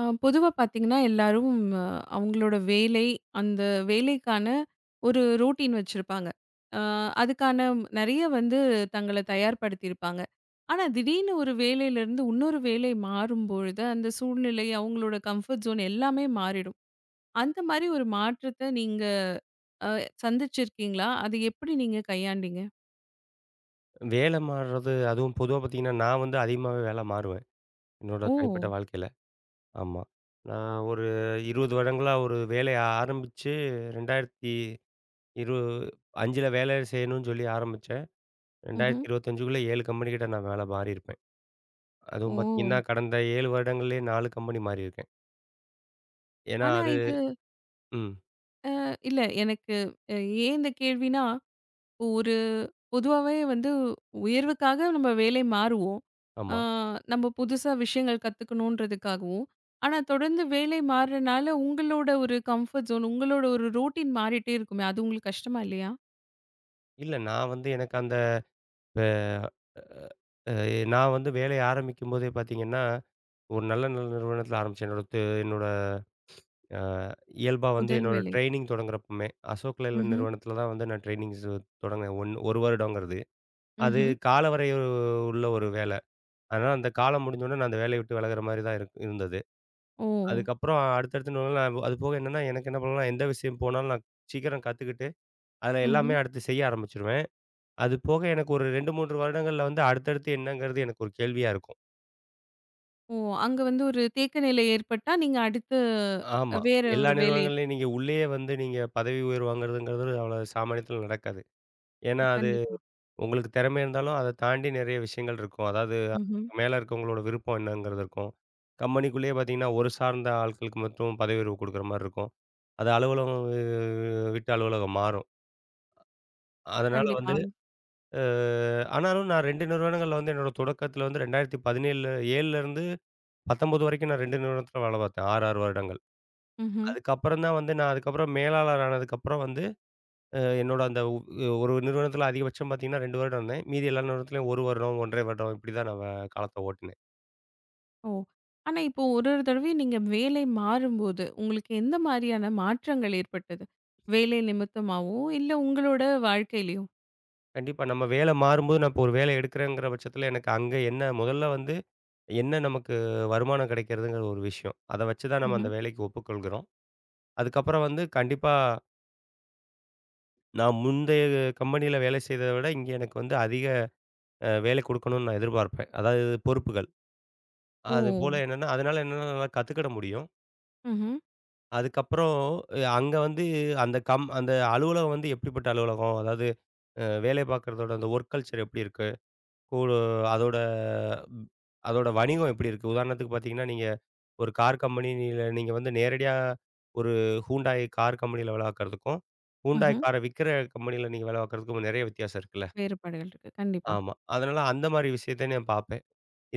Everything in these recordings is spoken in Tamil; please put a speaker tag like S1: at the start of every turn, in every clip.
S1: பொதுவா பார்த்தீங்கன்னா, எல்லாரும் அ அவங்களோட வேலை, அந்த வேலைக்கான ஒரு ரொட்டீன் வச்சிருப்பாங்க. அ அதுக்கான நெறைய வந்து தங்கள தயார்படுத்தியிருப்பாங்க. ஆனா, திடீர்னு ஒரு வேலையிலேருந்து இன்னொரு வேலை மாறும்பொழுது, அந்த சூழ்நிலை, அவங்களோட கம்ஃபர்ட் ஜோன் எல்லாமே மாறிடும். அந்த மாரி ஒரு மாற்றத்த நீங்க அ சந்திச்சிருக்கீங்களா? அது எப்படி நீங்க கையாண்டீங்க?
S2: வேலை மாறுறது, அதுவும் பொதுவா பார்த்தீங்கன்னா, நான் வந்து அதிகமாவே வேலை மாறுவேன். என்னோட
S1: ஓ!
S2: தனிப்பட்ட வாழ்க்கையில. ஆமா. நான் ஒரு 20 வருடங்களா ஒரு வேலைய ஆரம்பிச்சு 2025ல வேலை செய்யணும்னு சொல்லி ஆரம்பிச்சேன்.
S1: ம்ஹ்ம்.
S2: 2025க்குள்ள 7 கம்பெனிகிட்ட நான் வேலை மாறியிருப்பேன்.
S1: ஓ!
S2: அதுவும் பார்த்தீங்கன்னா, கடந்த 7 வருடங்கள்லயே 4 கம்பெனி மாறியிருக்கேன். ஏன்னா
S1: ஆனா
S2: அது
S1: இது
S2: ம்.
S1: இல்ல எனக்கு அ ஏன் இந்த கேள்வின்னா, இப்போ ஒரு பொதுவாவே வந்து உயர்வுக்காக நம்ம வேலை மாறுவோம். ஆ
S2: ஆமா.
S1: நம்ம புதுசா விஷயங்கள் கத்துக்கணுன்றதுக்காகவும். ஆனா, தொடர்ந்து வேலை மாறுறனால உங்களோட ஒரு கம்ஃபர்ட் ஜோன், உங்களோட ஒரு ரொட்டீன் மாறிட்டே இருக்குமே! அது உங்களுக்கு கஷ்டமா இல்லயா?
S2: இல்ல நான் வந்து எனக்கு அந்த ப அ நான் வந்து வேலைய ஆரம்பிக்கும்போதே பார்த்தீங்கன்னா, ஒரு நல்ல நல்ல நிறுவனத்தில ஆரம்பிச்சேன். என்னோட அ இயல்பா வந்து
S1: முதல்
S2: என்னோட
S1: வேலையா?
S2: ட்ரெய்னிங் தொடங்குறப்பமே, அசோக் லேலண்ட்
S1: ம்ஹ்ம்.
S2: நிறுவனத்தில தான் வந்து நான் ட்ரெய்னிங்ஸ் தொடங்குனேன். 1 வருடங்கிறது. அது
S1: ம்ஹ்ம்.
S2: காலவரை உள்ள ஒரு வேல. அதனால அந்த காலம் முடிஞ்சோனே நான் அந்த வேலைய விட்டு விலகுற மாரி தான் இருந்தது.
S1: ஓ!
S2: அதுக்கப்புறம் அடுத்தடுத்து இன்னொன்னு நான் அது போக என்னன்னா, எனக்கு என்ன பண்ணுவேன்னா, எந்த விஷயம் போனாலும் நான் சீக்கிரம் கத்துக்கிட்டு, அதில எல்லாமே
S1: ம்ஹ்ம்.
S2: அடுத்து செய்ய ஆரம்பிச்சுருவேன். அது போக எனக்கு ஒரு 2, 3 வருடங்கள்ல வந்து அடுத்தடுத்து என்னங்கிறது எனக்கு ஒரு கேள்வியா இருக்கும்.
S1: ஓ! அங்க வந்து ஒரு தேக்க நிலை ஏற்பட்டா, நீங்க அடுத்து
S2: ஆமா.
S1: வேற
S2: எல்லா
S1: ஒரு வேலை
S2: நிறுவனங்கள்லயும் நீங்க உள்ளேயே வந்து நீங்க பதவி உயர்வு வாங்குறதுங்கிறது அவ்வளோ சாமானியத்தில நடக்காது. ஏன்னா அது
S1: கண்டிப்பா.
S2: உங்களுக்கு திறமை இருந்தாலும் அத தாண்டி நெறைய விஷயங்கள் இருக்கும். அதாவது
S1: ம்ஹ்ம்.
S2: மேல இருக்கவங்களோட விருப்பம் என்னங்கிறது இருக்கும். கம்பெனிக்குள்ளேயே பார்த்தீங்கன்னா, ஒரு சார்ந்த ஆட்களுக்கு மட்டும் பதவி உயர்வு குடுக்குற மாரி இருக்கும். அது அலுவலகம் வி விட்டு அலுவலகம் மாறும். அதனால வந்து
S1: கண்டிப்பா.
S2: அ ஆனாலும் நான் 2 நிறுவனங்கள்ல வந்து என்னோட தொடக்கத்தில வந்து 2017 7லருந்து 19 வரைக்கும் நான் 2 நிறுவனத்தில வேல பார்த்தேன். 6, 6 வருடங்கள்.
S1: ம்ஹ்ம்.
S2: அதுக்கப்புறம் தான் வந்து நான் அதுக்கப்புறம் மேலாளர் ஆனதுக்கப்புறம் வந்து என்னோட அந்த உ ஒரு நிறுவனத்தில அதிகபட்சம் பார்த்தீங்கன்னா 2 வருடம் இருந்தேன். மீதி எல்லா நிறுவனத்திலயும் 1 வருடம், 1½ வருடம் இப்படி தான் நான் வ காலத்த ஓட்டினேன்.
S1: ஓ! ஆனா இப்போ ஒரு ஒரு தடவையும் நீங்க வேலை மாறும்போது, உங்களுக்கு எந்த மாரியான மாற்றங்கள் ஏற்பட்டது? வேலை நிமித்தமாவோ, இல்ல உங்களோட வாழ்க்கையிலயோ?
S2: கண்டிப்பா நம்ம வேலை மாறும்போது நான் இப்போ ஒரு வேலை எடுக்கிறேங்கிற பட்சத்தில எனக்கு அங்க என்ன முதல்ல வந்து என்ன நமக்கு வருமானம் கிடைக்கிறதுங்கிற ஒரு விஷயம். அத வச்சு தான் நம்ம அந்த
S1: ம்ஹ்ம்.
S2: வேலைக்கு ஒப்புக்கொள்கிறோம். அதுக்கப்புறம் வந்து கண்டிப்பா நான் முந்தைய கம்பெனியில வேலை செய்தத விட இங்க எனக்கு வந்து அதிக வேலை குடுக்கணும்னு நான் எதிர்பார்ப்பேன். அதாவது பொறுப்புகள்.
S1: ஓ!
S2: அதுபோல என்னன்னா அதனால என்னன்னா நல்லா கத்துக்கிட முடியும்.
S1: ம்ஹ்ம்,
S2: அதுக்கப்புறம் அங்க வந்து அந்த அலுவலகம் வந்து எப்படிப்பட்ட அலுவலகம்? அதாவது வேலை பார்க்குறதோட அந்த வொர்க் கல்ச்சர் எப்படி இருக்கு? கூழு அதோட ம் அதோட வணிகம் எப்படி இருக்கு? உதாரணத்துக்கு பார்த்தீங்கன்னா, நீங்க ஒரு கார் கம்பெனில நீங்க வந்து நேரடியா ஒரு Hyundai கார் கம்பெனில வேலை பார்க்குறதுக்கும், Hyundai
S1: ம்ஹ்ம்.
S2: கார விக்கிற கம்பெனில நீங்க வேலை பார்க்குறதுக்கும் நிறைய வித்தியாசம் இருக்குல்ல?
S1: வேறுபாடுகள் இருக்கு. கண்டிப்பா.
S2: ஆமா. அதனால அந்த மாரி விஷயத்த நான் பார்ப்பேன்.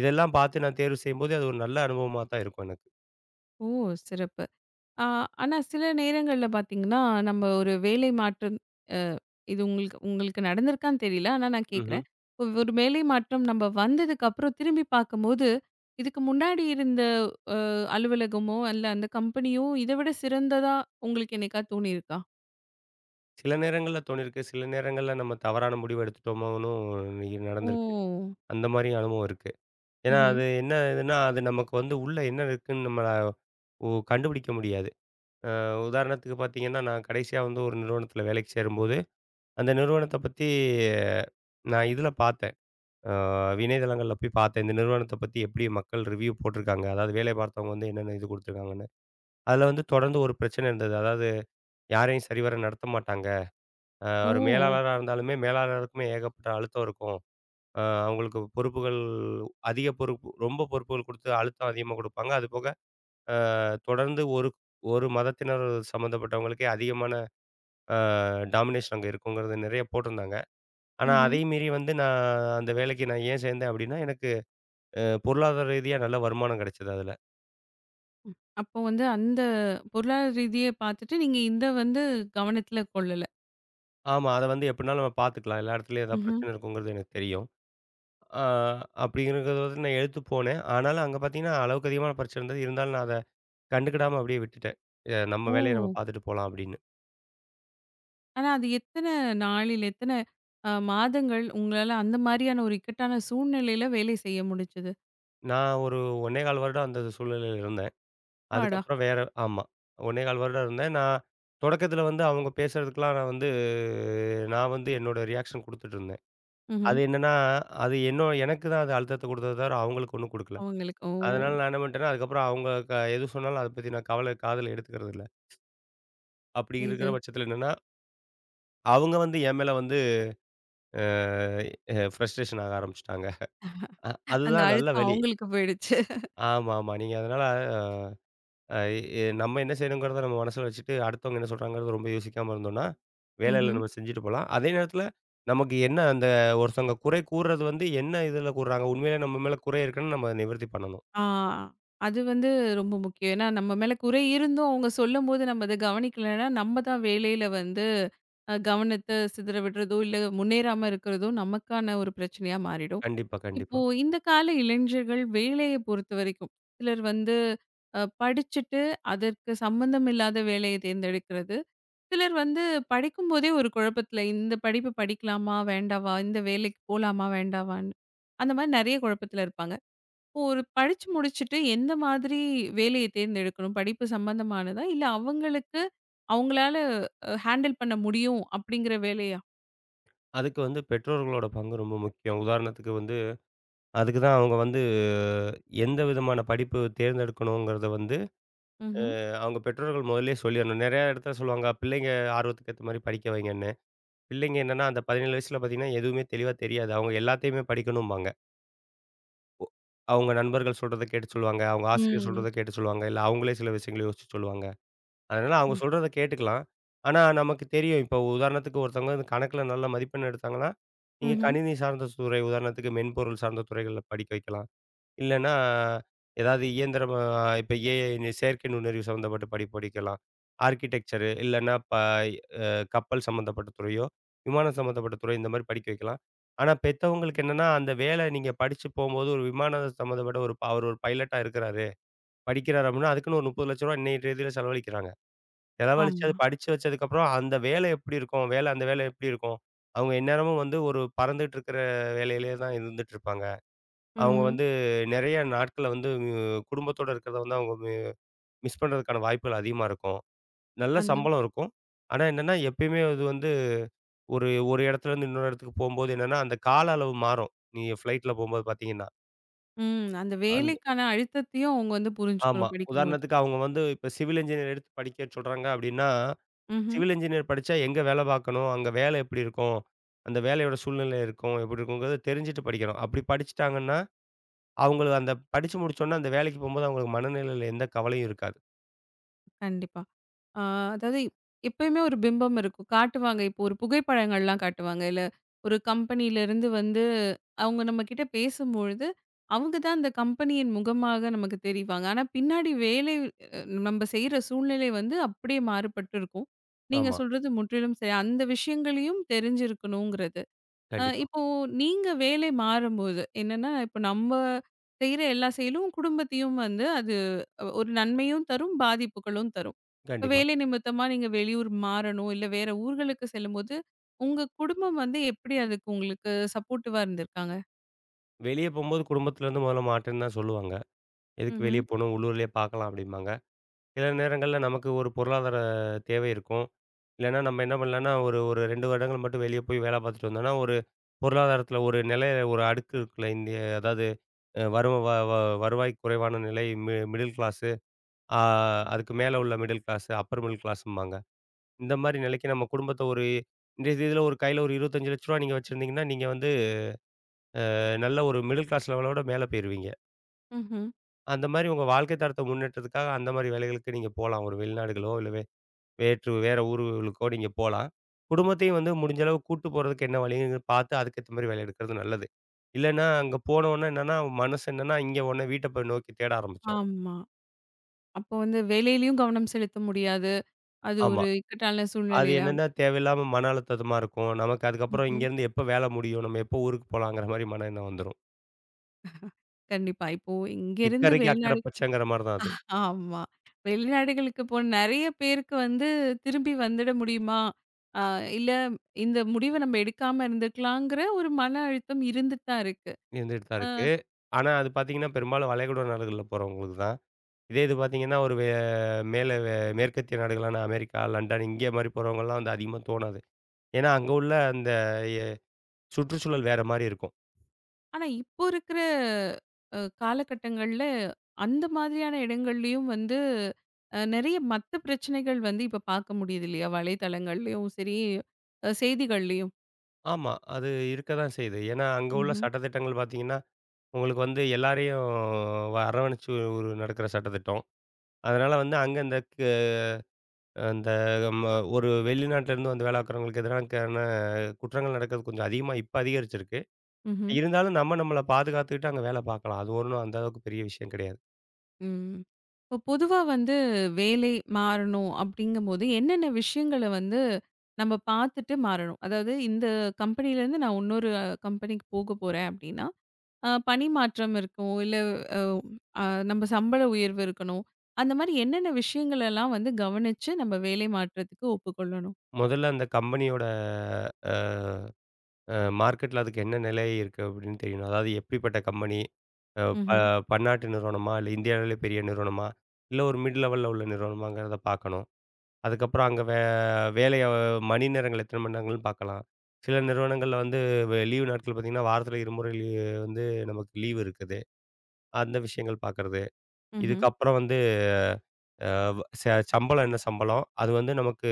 S2: இதெல்லாம் பார்த்து நான் தேர்வு செய்யும்போது, அது ஒரு நல்ல அனுபவமா தான் இருக்கும் எனக்கு.
S1: ஓ! சிறப்பு. ஆ ஆனா சில நேரங்கள்ல பார்த்தீங்கன்னா, நம்ம ஒரு வேலை மாற்றம் அ இது உங்களுக்கு உங்களுக்கு நடந்திருக்கான்னு தெரியல. ஆனா நான்
S2: ம்ஹ்ம்.
S1: கேட்கிறேன். ஒரு ஒரு வேலை மாற்றம் நம்ம வந்ததுக்கு அப்புறம் திரும்பி பார்க்கும்போது, இதுக்கு முன்னாடி இருந்த அலுவலகமோ, அல்ல அந்த கம்பெனியோ இத விட சிறந்ததா உங்களுக்கு என்னைக்கா தோணியிருக்கா?
S2: சில நேரங்கள்ல தோணியிருக்கு. சில நேரங்கள்ல நம்ம தவறான முடிவு எடுத்துட்டோமோன்னும்
S1: ஓ!
S2: நடந்திருக்கு. அந்த மாரியும் அனுபவம் இருக்கு. ஏன்னா,
S1: ம்ஹ்ம்.
S2: அது என்ன இதுன்னா, அது நமக்கு வந்து உள்ள என்ன இருக்குன்னு நம்ம கண்டுபிடிக்க முடியாது. உதாரணத்துக்கு பார்த்தீங்கன்னா, நான் கடைசியா வந்து ஒரு நிறுவனத்தில வேலைக்கு சேரும்போது, அந்த நிறுவனத்த பத்தி நான் இதில பார்த்தேன். அ இணையதளங்கள்ல போய் பார்த்தேன். இந்த நிறுவனத்த பத்தி எப்படி மக்கள் ரிவ்யூ போட்டிருக்காங்க. அதாவது வேலை பார்த்தவங்க வந்து என்னென்ன இது குடுத்துருக்காங்கன்னு. அதில வந்து தொடர்ந்து ஒரு பிரச்சனை இருந்தது. அதாவது யாரையும் சரிவர நடத்த மாட்டாங்க. அவர்
S1: ஓ!
S2: மேலாளரா இருந்தாலுமே, மேலாளருக்குமே ஏகப்பட்ட அழுத்தம் இருக்கும். அவங்களுக்கு பொறுப்புகள் அதிக பொறுப்பு ரொம்ப பொறுப்புகள் குடுத்து அழுத்தம் அதிகமா குடுப்பாங்க. அதுபோக அ தொடர்ந்து ஒரு ஒரு மதத்தினர் சம்மந்தப்பட்டவங்களுக்கே அதிகமான அ டாமினேஷன் அங்க இருக்குங்கிறது நெறைய போட்டிருந்தாங்க. ஆனா,
S1: ம்ஹ்ம்.
S2: அதையும் மீறி வந்து அந்த வேலைக்கு நான் ஏன் சேர்ந்தேன் அப்டின்னா, எனக்கு பொருளாதார ரீதியா நல்ல வருமானம் கிடைச்சது அதுல.
S1: அப்போ வந்து அந்த பொருளாதார ரீதிய பார்த்துட்டு நீங்க இந்த வந்து கவனத்துல கொள்ளல.
S2: ஆமா, அத வந்து எப்டினாலும் நம்ம பார்த்துக்கலாம். எல்லா இடத்துலயும் ஏதாவது
S1: ம்ஹ்ம்.
S2: பிரச்சனை இருக்குங்கிறது எனக்கு தெரியும். அ அப்டிங்கிறது வந்து நான் எடுத்து போனேன். ஆனாலும் அங்க பார்த்தீங்கன்னா, அளவுக்கு அதிகமான பிரச்சனை இருந்தது. இருந்தாலும் நான் அத கண்டுக்கிடாம அப்படியே விட்டுட்டேன். நம்ம
S1: ஓ!
S2: வேலைய நம்ம பார்த்துட்டு போலாம் அப்படின்னு.
S1: ஆனா அது எத்தன நாளில், எத்தன மாதங்கள் உங்களால அந்த மாரியான ஒரு இக்கட்டான சூழ்நிலையில வேலை செய்ய முடிஞ்சது?
S2: நான் ஒரு 1¼ வருடம் அந்த சூழ்நிலையில இருந்தேன்.
S1: அப்பாடா!
S2: அதுக்கப்புறம் வேற ஆமா. 1¼ வருடம் இருந்தேன். நான் தொடக்கத்தில வந்து அவங்க பேசுறதுக்கெல்லாம் நான் வந்து என்னோட ரியாக்ஷன் குடுத்துட்டு இருந்தேன்.
S1: ம்ஹ்ம்.
S2: அது என்னன்னா, அது என்னோ எனக்கு தான் அது அழுத்தத்த குடுத்தத தவிர அவங்களுக்கு ஒண்ணும் குடுக்கல.
S1: அவங்களுக்கு ஓ!
S2: அதனால நான் என்ன பண்ணிட்டேன்னா, அதுக்கப்புறம் அவங்க எது சொன்னாலும் அத பத்தி நான் கவல காதுல எடுத்துக்கிறது இல்ல. அப்படி இருக்கிற
S1: இது.
S2: பட்சத்தில என்னன்னா, அவங்க வந்து என் மேல வந்து அ ஃப்ரஸ்ட்ரேஷன் ஆக ஆரம்பிச்சுட்டாங்க. அ
S1: அந்த
S2: அதுதான் நல்ல
S1: அழுத்தம்
S2: வழி.
S1: அவங்களுக்கு போயிடுச்சு.
S2: ஆமா, ஆமா. நீங்க அதனால அ நம்ம என்ன செய்யணுங்கிறத நம்ம மனசுல வச்சுட்டு, அடுத்தவங்க என்ன சொல்றாங்கிறது ரொம்ப யோசிக்காம இருந்தோம்னா, வேலையில
S1: ம்ஹ்ம்.
S2: நம்ம செஞ்சுட்டு போலாம். அதே நேரத்தில நமக்கு என்ன அந்த ஒருத்தவங்க குறை கூறுறது வந்து என்ன இதில கூறுறாங்க? உண்மையிலே நம்ம மேல குறை இருக்குன்னு நம்ம நிவர்த்தி பண்ணணும்.
S1: ஆ. அது வந்து ரொம்ப முக்கியம். ஏன்னா, நம்ம மேல குறை இருந்தும் அவங்க சொல்லும்போது நம்ம அத கவனிக்கலன்னா, நம்ம தான் வேலையில வந்து கவனத்த சிதற விடுறதோ, இல்ல முன்னேறாம இருக்கிறதோ நமக்கான ஒரு பிரச்சனையா மாறிடும்.
S2: கண்டிப்பா, கண்டிப்பா.
S1: இப்போ இந்த கால இளைஞர்கள் வேலைய பொறுத்தவரைக்கும், சிலர் வந்து படிச்சுட்டு அதற்கு சம்பந்தம் இல்லாத வேலையை தேர்ந்தெடுக்கிறது. சிலர் வந்து படிக்கும்போதே ஒரு குழப்பத்தில இந்த படிப்பு படிக்கலாமா? வேண்டாவா? இந்த வேலைக்கு போலாமா? வேண்டாவான்னு? அந்த மாரி நெறைய குழப்பத்தில இருப்பாங்க. இப்போ ஒரு படிச்சு முடிச்சுட்டு எந்த மாதிரி வேலையை தேர்ந்தெடுக்கணும்? படிப்பு சம்மந்தமானதா? இல்ல அவங்களுக்கு அவங்களால ஹேண்டில் பண்ண முடியும் அப்படிங்கிற வேலையா?
S2: அதுக்கு வந்து பெற்றோர்களோட பங்கு ரொம்ப முக்கியம். உதாரணத்துக்கு வந்து அதுக்கு தான் அவங்க வந்து எந்த விதமான படிப்பு தேர்ந்தெடுக்கணுங்கிறத வந்து,
S1: ம்ஹ்ம்.
S2: அவங்க பெற்றோர்கள் முதல்லயே சொல்லிறணும். நெறைய இடத்துல சொல்லுவாங்க, பிள்ளைங்க ஆர்வத்துக்கு ஏத்த மாரி படிக்க வைங்கன்னு. பிள்ளைங்க என்னன்னா, அந்த 17 வயசுல பார்த்தீங்கன்னா, எதுவுமே தெளிவா தெரியாது. அவங்க எல்லாத்தையுமே படிக்கணும்பாங்க. அவங்க நண்பர்கள் சொல்றத கேட்டு சொல்லுவாங்க. அவங்க ஆசிரியர்
S1: ம்.
S2: சொல்றத கேட்டு சொல்லுவாங்க. இல்ல அவங்களே சில விஷயங்கள யோசிச்சு சொல்லுவாங்க. அதனால அவங்க
S1: ம்.
S2: சொல்றத கேட்டுக்கலாம். ஆனா நமக்கு தெரியும். இப்போ உதாரணத்துக்கு ஒருத்தவங்க வந்து கணக்குல நல்ல மதிப்பெண் எடுத்தாங்கன்னா, நீங்க
S1: ம்ஹ்ம்.
S2: கணினி சார்ந்த துறை, உதாரணத்துக்கு மென்பொருள் சார்ந்த துறைகள்ல படிக்க வைக்கலாம். இல்லன்னா, ஏதாவது இயந்திரமா இப்ப ஏஐ இந்த செயற்கை நுண்ணறிவு சம்மந்தப்பட்ட படிப்பு படிக்கலாம். ஆர்க்கிடெக்சரு இல்லன்னா, அ கப்பல் சம்மந்தப்பட்ட துறையோ, விமானம் சம்மந்தப்பட்ட துறை இந்த மாரி படிக்க வைக்கலாம். ஆனா, பெத்தவங்களுக்கு என்னன்னா, அந்த வேலை நீங்க படிச்சு போம்போது ஒரு விமானம் சம்மந்தப்பட்ட ஒரு அவர் ஒரு பைலட்டா இருக்கிறாரு. படிக்கிறாரு அப்டின்னா, அதுக்குன்னு ஒரு ரூ. 30,00,000 ரூபாய் இன்னைய தேதியில செலவழிக்கிறாங்க. செலவழிச்சு அது
S1: ஆமா.
S2: படிச்சு வச்சதுக்கப்புறம் அந்த வேலை எப்படி இருக்கும்? அந்த வேலை எப்படி இருக்கும்? அவங்க எந்நேரமும் வந்து ஒரு பறந்துட்டு இருக்கிற வேலையிலேயே தான் இருந்துட்டு இருப்பாங்க. அவங்க
S1: ம்ஹ்ம்.
S2: வந்து நெறைய நாட்கள வந்து குடும்பத்தோட இருக்கிறத வந்து அவங்க மிஸ் பண்றதுக்கான வாய்ப்புகள் அதிகமா இருக்கும். நல்ல
S1: அந்த
S2: சம்பளம் இருக்கும். ஆனா என்னன்னா, எப்பயுமே அது வந்து ஒரு ஒரு இடத்துல இருந்து இன்னொரு இடத்துக்கு போம்போது என்னன்னா, அந்த கால அளவு மாறும். நீங்க ஃப்ளைட்ல போம்போது பார்த்தீங்கன்னா,
S1: ம். அந்த
S2: அந்த
S1: வேலைக்கான அழுத்தத்தையும் அவங்க வந்து
S2: ஆமா.
S1: புரிஞ்சுக்கணும் படிக்கும்போது.
S2: உதாரணத்துக்கு அவங்க வந்து இப்ப சிவில் இன்ஜினியர் எடுத்து படிக்க சொல்றாங்க அப்டின்னா,
S1: ம்ஹ்ம்.
S2: சிவில் இன்ஜினியர் படிச்சா எங்க வேலை பார்க்கணும்? அங்க வேலை எப்படி இருக்கும்? அந்த வேலையோட சூழ்நிலை இருக்கும். எப்படி இருக்குங்கிறத தெரிஞ்சுட்டு படிக்கணும். அப்படி படிச்சுட்டாங்கன்னா, அவங்கள அந்த படிச்சு முடிச்சோனே அந்த வேலைக்கு போம்போது அவங்களுக்கு மனநிலையில எந்த கவலையும் இருக்காது.
S1: கண்டிப்பா. ஆ அதாவது எப்பயுமே ஒரு பிம்பம் இருக்கும். காட்டுவாங்க. இப்போ ஒரு புகைப்படங்கள்லாம் காட்டுவாங்க. இல்ல ஒரு கம்பெனியிலருந்து வந்து அவங்க நம்ம கிட்ட பேசும்பொழுது, அவங்க தான் அந்த கம்பெனியின் முகமாக நமக்கு தெரிவாங்க. ஆனா பின்னாடி வேலை அ நம்ம செய்ற சூழ்நிலை வந்து அப்படியே மாறுபட்டு இருக்கும். நீங்க
S2: ஆமா.
S1: சொல்றது முற்றிலும் சரி. அந்த விஷயங்களையும் தெரிஞ்சிருக்கணுங்கிறது.
S2: கண்டிப்பா,
S1: இப்போ நீங்க வேலை மாறும்போது, என்னன்னா இப்ப நம்ம செய்ற எல்லா செயலும் குடும்பத்தையும் வந்து அது ஒரு நன்மையும் தரும், பாதிப்புகளும் தரும். இப்ப
S2: கண்டிப்பா.
S1: வேலை நிமித்தமா நீங்க வெளியூர் மாறணும், இல்ல வேற ஊர்களுக்கு செல்லும்போது, உங்க குடும்பம் வந்து எப்படி அதுக்கு உங்களுக்கு சப்போர்ட்டிவா இருந்திருக்காங்க?
S2: வெளிய போம்போது குடும்பத்திலருந்து முதல்ல மாட்டேன்னு தான் சொல்லுவாங்க. எதுக்கு
S1: ம்ஹ்ம்.
S2: வெளிய போணும், உள்ளூர்லயே பார்க்கலாம் அப்டிம்பாங்க. சில நேரங்கள்ல நமக்கு ஒரு பொருளாதார தேவை இருக்கும். இல்லன்னா நம்ம என்ன பண்ணலாம்னா, ஒரு ஒரு 2 வருடங்கள் மட்டும் வெளிய போய் வேல பார்த்துட்டு வந்தோம்னா, ஒரு பொருளாதாரத்தில ஒரு நிலை ஒரு அடுக்கு இருக்குல்ல. இந்திய அதாவது அ வரும் வ வ வருவாய் குறைவான நிலை, மிடில் கிளாஸு, ஆ அதுக்கு மேல உள்ள மிடில் கிளாஸு, அப்பர் மிடில் கிளாஸ்ம்பாங்க. இந்த மாரி நிலைக்கு நம்ம குடும்பத்த ஒரு இன்றைய தேதியில ஒரு கையில ஒரு ரூ. 25,00,000 ரூபாய் நீங்க வச்சிருந்தீங்கன்னா, நீங்க வந்து நல்ல ஒரு மிடில் கிளாஸ் லெவலோட மேல போயிருவீங்க.
S1: ம்ஹ்ம்.
S2: அந்த மாரி உங்க வாழ்க்கை தரத்த முன்னேற்றத்துக்காக அந்த மாரி வேலைகளுக்கு நீங்க போலாம். ஒரு வெளிநாடுகளோ, இல்ல வேற்று வேற ஊர்களுக்கோ நீங்க போலாம். குடும்பத்தையும் வந்து முடிஞ்ச அளவு கூட்டு போறதுக்கு என்ன வழின்னு பார்த்து அதுக்கேத்த மாரி வேலை எடுக்கிறது நல்லது. இல்லன்னா அங்க போனோனே என்னன்னா மனசு என்னன்னா இங்க உடனே வீட்ட போய் நோக்கி தேட ஆரம்பிச்சுரும்.
S1: ஆமா. அப்போ வந்து வேலையிலயும் கவனம் செலுத்த முடியாது. அது
S2: ஆமா.
S1: ஒரு இக்கட்டான
S2: அது
S1: சூழ்நிலையில
S2: என்னன்னா தேவையில்லாம மன அழுத்தமா இருக்கும். நமக்கு அதுக்கப்புறம்
S1: ம்ஹ்ம்.
S2: இங்கேருந்து எப்ப வேலை முடியும்? நம்ம எப்போ ஊருக்கு போலாங்கிற மாரி மன எண்ணம் வந்துரும்.
S1: கண்டிப்பா. இப்போ இங்கேருந்து
S2: "இக்கரைக்கு அக்கரை
S1: வெளிநாடு
S2: பச்சைங்கிற" மாரி தான் அது.
S1: ஆமா. வெளிநாடுகளுக்கு போன நெறைய பேருக்கு வந்து திரும்பி வந்துட முடியுமா? அ இல்ல இந்த முடிவ நம்ம எடுக்காம இருந்துக்கலாங்கிற ஒரு மன அழுத்தம் இருந்துட்டு தான் இருக்கு.
S2: இருந்துட்டு தான்
S1: அ
S2: இருக்கு. ஆனா, அது பார்த்தீங்கன்னா, பெரும்பாலும் வளைகுடா நாடுகள்ல போறவங்களுக்கு தான். இதே இது பார்த்தீங்கன்னா, ஒரு வே மேல வே மேற்கத்திய நாடுகளான அமெரிக்கா, லண்டன் இங்கே மாரி போறவங்கலாம் வந்து அதிகமா தோணாது. ஏன்னா, அங்க உள்ள அந்த எ சுற்றுச்சூழல் வேற மாரி இருக்கும்.
S1: ஆனா இப்போ இருக்கிற காலகட்டங்கள்ல அந்த மாதிரியான இடங்கள்லயும் வந்து நெறைய மத்த பிரச்சனைகள் வந்து இப்ப பார்க்க முடியுது இல்லையா? வலைத்தளங்கள்லயும் சரி, செய்திகள்லயும்.
S2: ஆமா. அது இருக்க தான் செய்யுது. ஏன்னா, அங்க உள்ள
S1: ம்ஹ்ம்.
S2: சட்டதிட்டங்கள் பார்த்தீங்கன்னா, உங்களுக்கு வந்து எல்லாரையும் அரவணைச்சு ஒரு நடக்கிற சட்டதிட்டம். அதனால வந்து அங்க இந்த க அந்த ம ஒரு வெளிநாட்டிலேருந்து வந்து வேலை பார்க்குறவங்களுக்கு எதிரான குற்றங்கள் நடக்கிறது கொஞ்சம் அதிகமா இப்ப அதிகரிச்சிருக்கு.
S1: ம்ஹ்ம்.
S2: இருந்தாலும் நம்ம நம்மள பாதுகாத்துக்கிட்டு அங்க வேலை பார்க்கலாம். அது ஒண்ணும் அந்த அளவுக்கு பெரிய விஷயம் கிடையாது.
S1: ம். இப்போ பொதுவா வந்து வேலை மாறணும் அப்படிங்கும்போது, என்னென்ன விஷயங்கள வந்து நம்ம பார்த்துட்டு மாறணும்? அதாவது இந்த கம்பெனிலேருந்து நான் இன்னொரு கம்பெனிக்கு போக போறேன் அப்படின்னா, பணி மாற்றம் இருக்கும். இல்ல அ அ நம்ம சம்பள உயர்வு இருக்கணும். அந்த மாரி என்னென்ன விஷயங்களெல்லாம் வந்து கவனிச்சு நம்ம வேலை மாற்றத்துக்கு ஒப்புக்கொள்ளணும்?
S2: முதல்ல அந்த கம்பெனியோட அ அ மார்க்கெட்ல அதுக்கு என்ன நிலை இருக்கு அப்படின்னு தெரியணும். அதாவது எப்படிப்பட்ட கம்பெனி? அ ப
S1: ம்ஹ்ம்.
S2: பன்னாட்டு நிறுவனமா? இல்ல இந்தியாவிலே பெரிய நிறுவனமா? இல்ல ஒரு மிட் லெவல்ல உள்ள நிறுவனமாங்கிறத பார்க்கணும். அதுக்கப்புறம் அங்க வேலைய மணி நேரங்கள் எத்தனை மணி நேரங்கள்னு பார்க்கலாம். சில நிறுவனங்கள்ல வந்து லீவு நாட்கள் பார்த்தீங்கன்னா, வாரத்தில இருமுறை வந்து நமக்கு லீவ் இருக்குது. அந்த விஷயங்கள் பார்க்கறது.
S1: ம்ஹ்ம்.
S2: இதுக்கப்புறம் வந்து அ வ் ச சம்பளம் என்ன சம்பளம்? அது வந்து நமக்கு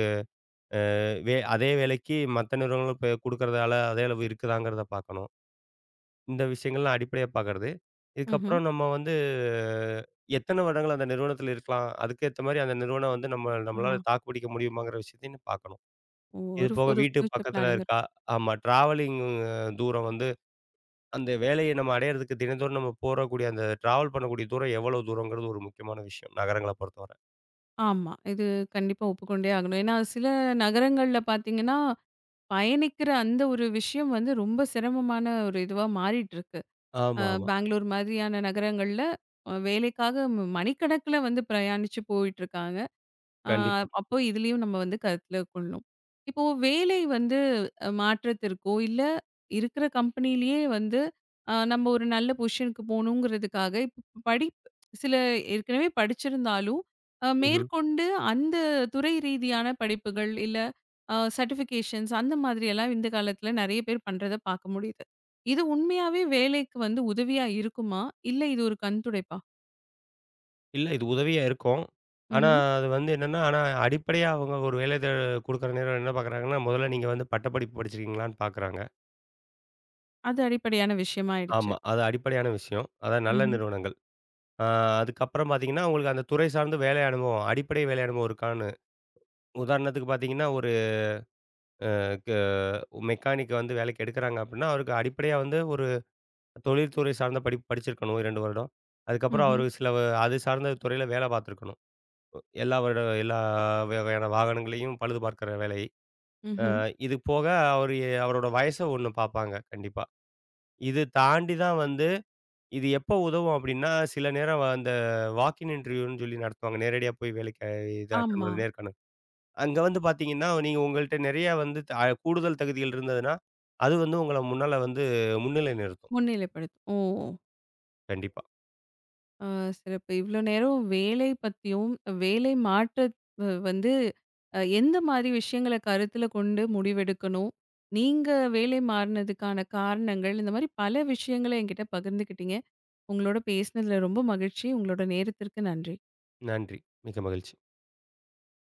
S2: அ வே அதே வேலைக்கு மத்த நிறுவனங்கள் இப்ப குடுக்கறதால அதே அளவு இருக்குதாங்கிறத பார்க்கணும். இந்த விஷயங்கள்லாம் அடிப்படையா பார்க்கறது.
S1: ம்ஹ்ம்.
S2: இதுக்கப்புறம் நம்ம வந்து எத்தன வருடங்கள் அந்த நிறுவனத்தில இருக்கலாம்? அதுக்கேத்த மாரி அந்த நிறுவனம் வந்து நம்ம
S1: ஆ.
S2: நம்மளால தாக்கு பிடிக்க முடியுமாங்கிற விஷயத்தையும் பார்க்கணும். இது
S1: ஒரு
S2: போக
S1: ஒரு
S2: வீட்டு
S1: ஃப்யூச்சர்
S2: பக்கத்துல
S1: பிளானிங்
S2: இருக்கா?
S1: இருக்கும்.
S2: ஆமா. ட்ராவலிங் தூரம் வந்து அந்த வேலைய நம்ம அடையறதுக்கு தினந்தோறும் நம்ம போறக்கூடிய அந்த டிராவல் பண்ணக்கூடிய தூரம் எவ்வளவு தூரங்கிறது ஒரு முக்கியமான விஷயம். நகரங்கள பொறுத்தவர.
S1: ஆமா. இது கண்டிப்பா ஒப்புக்கொண்டே ஆகணும். ஏன்னா, சில நகரங்கள்ல பார்த்தீங்கன்னா பயணிக்கிற அந்த ஒரு விஷயம் வந்து ரொம்ப சிரமமான ஒரு இதுவா மாறிட்டு இருக்கு.
S2: ஆமாமா.
S1: பெங்களூர் மாதிரியான நகரங்கள்ல வேலைக்காக மணிக்கணக்குல வந்து பிரயாணிச்சு போயிட்டுருக்காங்க. ஆ,
S2: கண்டிப்பா.
S1: அப்போ இதுலயும் நம்ம வந்து கருத்துல கொள்ளணும். இப்போ வேலை வந்து மாற்றத்திற்கோ, இல்ல இருக்கிற கம்பெனியிலேயே வந்து நம்ம ஒரு நல்ல பொசிஷனுக்கு போகணுங்கிறதுக்காக, இப்ப சில ஏற்கனவே படிச்சிருந்தாலும்,
S2: ம்ஹ்ம்.
S1: மேற்கொண்டு அந்த துறை ரீதியான படிப்புகள், இல்ல சர்டிஃபிகேஷன்ஸ் அந்த மாதிரியெல்லாம் இந்த காலத்துல நெறைய பேர் பண்றத பார்க்க முடியுது. இது உண்மையாவே வேலைக்கு வந்து உதவியா இருக்குமா? இல்ல இது ஒரு கண் துடைப்பா?
S2: இல்ல. இது உதவியா இருக்கும். ஆனா,
S1: ம்ஹ்ம்.
S2: அது வந்து என்னன்னா, ஆனா அடிப்படையா அவங்க ஒரு வேலை தே குடுக்குற நேரம் என்ன பார்க்குறாங்கன்னா, முதல்ல நீங்க வந்து பட்டப்படிப்பு படிச்சிருக்கீங்களான்னு பார்க்குறாங்க.
S1: அது அடிப்படையான விஷயமா ஆயிடுச்சு.
S2: ஆமா. அது அடிப்படையான விஷயம். அதான் நல்ல
S1: ம்ஹ்ம்.
S2: நிறுவனங்கள். ஆ அதுக்கப்புறம் பார்த்தீங்கன்னா, உங்களுக்கு அந்த துறை சார்ந்த வேலை அனுபவம், அடிப்படை வேலை அனுபவம் இருக்கான்னு. உதாரணத்துக்கு பார்த்தீங்கன்னா, ஒரு க மெக்கானிக்க வந்து வேலைக்கு எடுக்குறாங்க அப்டின்னா, அவருக்கு அடிப்படையா வந்து ஒரு தொழில்துறை சார்ந்த படிப்பு படிச்சிருக்கணும் 2 வருடம். அதுக்கப்புறம்
S1: ம்ஹ்ம்.
S2: அவரு சில அது சார்ந்த துறையில வேலை பார்த்துருக்கணும். எல்லா வகையான வாகனங்களையும் பழுது பார்க்குற வேலை.
S1: ம்ஹ்ம்.
S2: இது போக அவரு அவரோட வயச ஒண்ணு பார்ப்பாங்க கண்டிப்பா. இது தாண்டி தான் வந்து இது எப்போ உதவும் அப்டின்னா, சில நேரம் அந்த வாக்கின் இன்டர்வியூன்னு சொல்லி நடத்துவாங்க. நேரடியா போய் வேலைக்கு இது அட்டெண்ட்
S1: ஆமா.
S2: பண்றது நேர்காணல். அங்க வந்து பார்த்தீங்கன்னா, நீங்க உங்கள்ட்ட நெறைய வந்து த கூடுதல் தகுதிகள் இருந்ததுன்னா, அது வந்து உங்கள முன்னால வந்து முன்னிலை நிறுத்தும்.
S1: முன்னிலைப்படுத்தும். ஓ!
S2: கண்டிப்பா.
S1: அ சிறப்பு. இவ்ளோ நேரம் வேலை பத்தியும், வேலை மாற்ற வந்து எந்த மாரி விஷயங்கள கருத்துல கொண்டு முடிவெடுக்கணும்? நீங்க வேலை மாறுனதுக்கான காரணங்கள், இந்த மாரி பல விஷயங்கள என்கிட்ட பகிர்ந்துக்கிட்டீங்க. உங்களோட பேசினதுல ரொம்ப மகிழ்ச்சி. உங்களோட நேரத்திற்கு நன்றி.
S2: நன்றி. மிக்க மகிழ்ச்சி.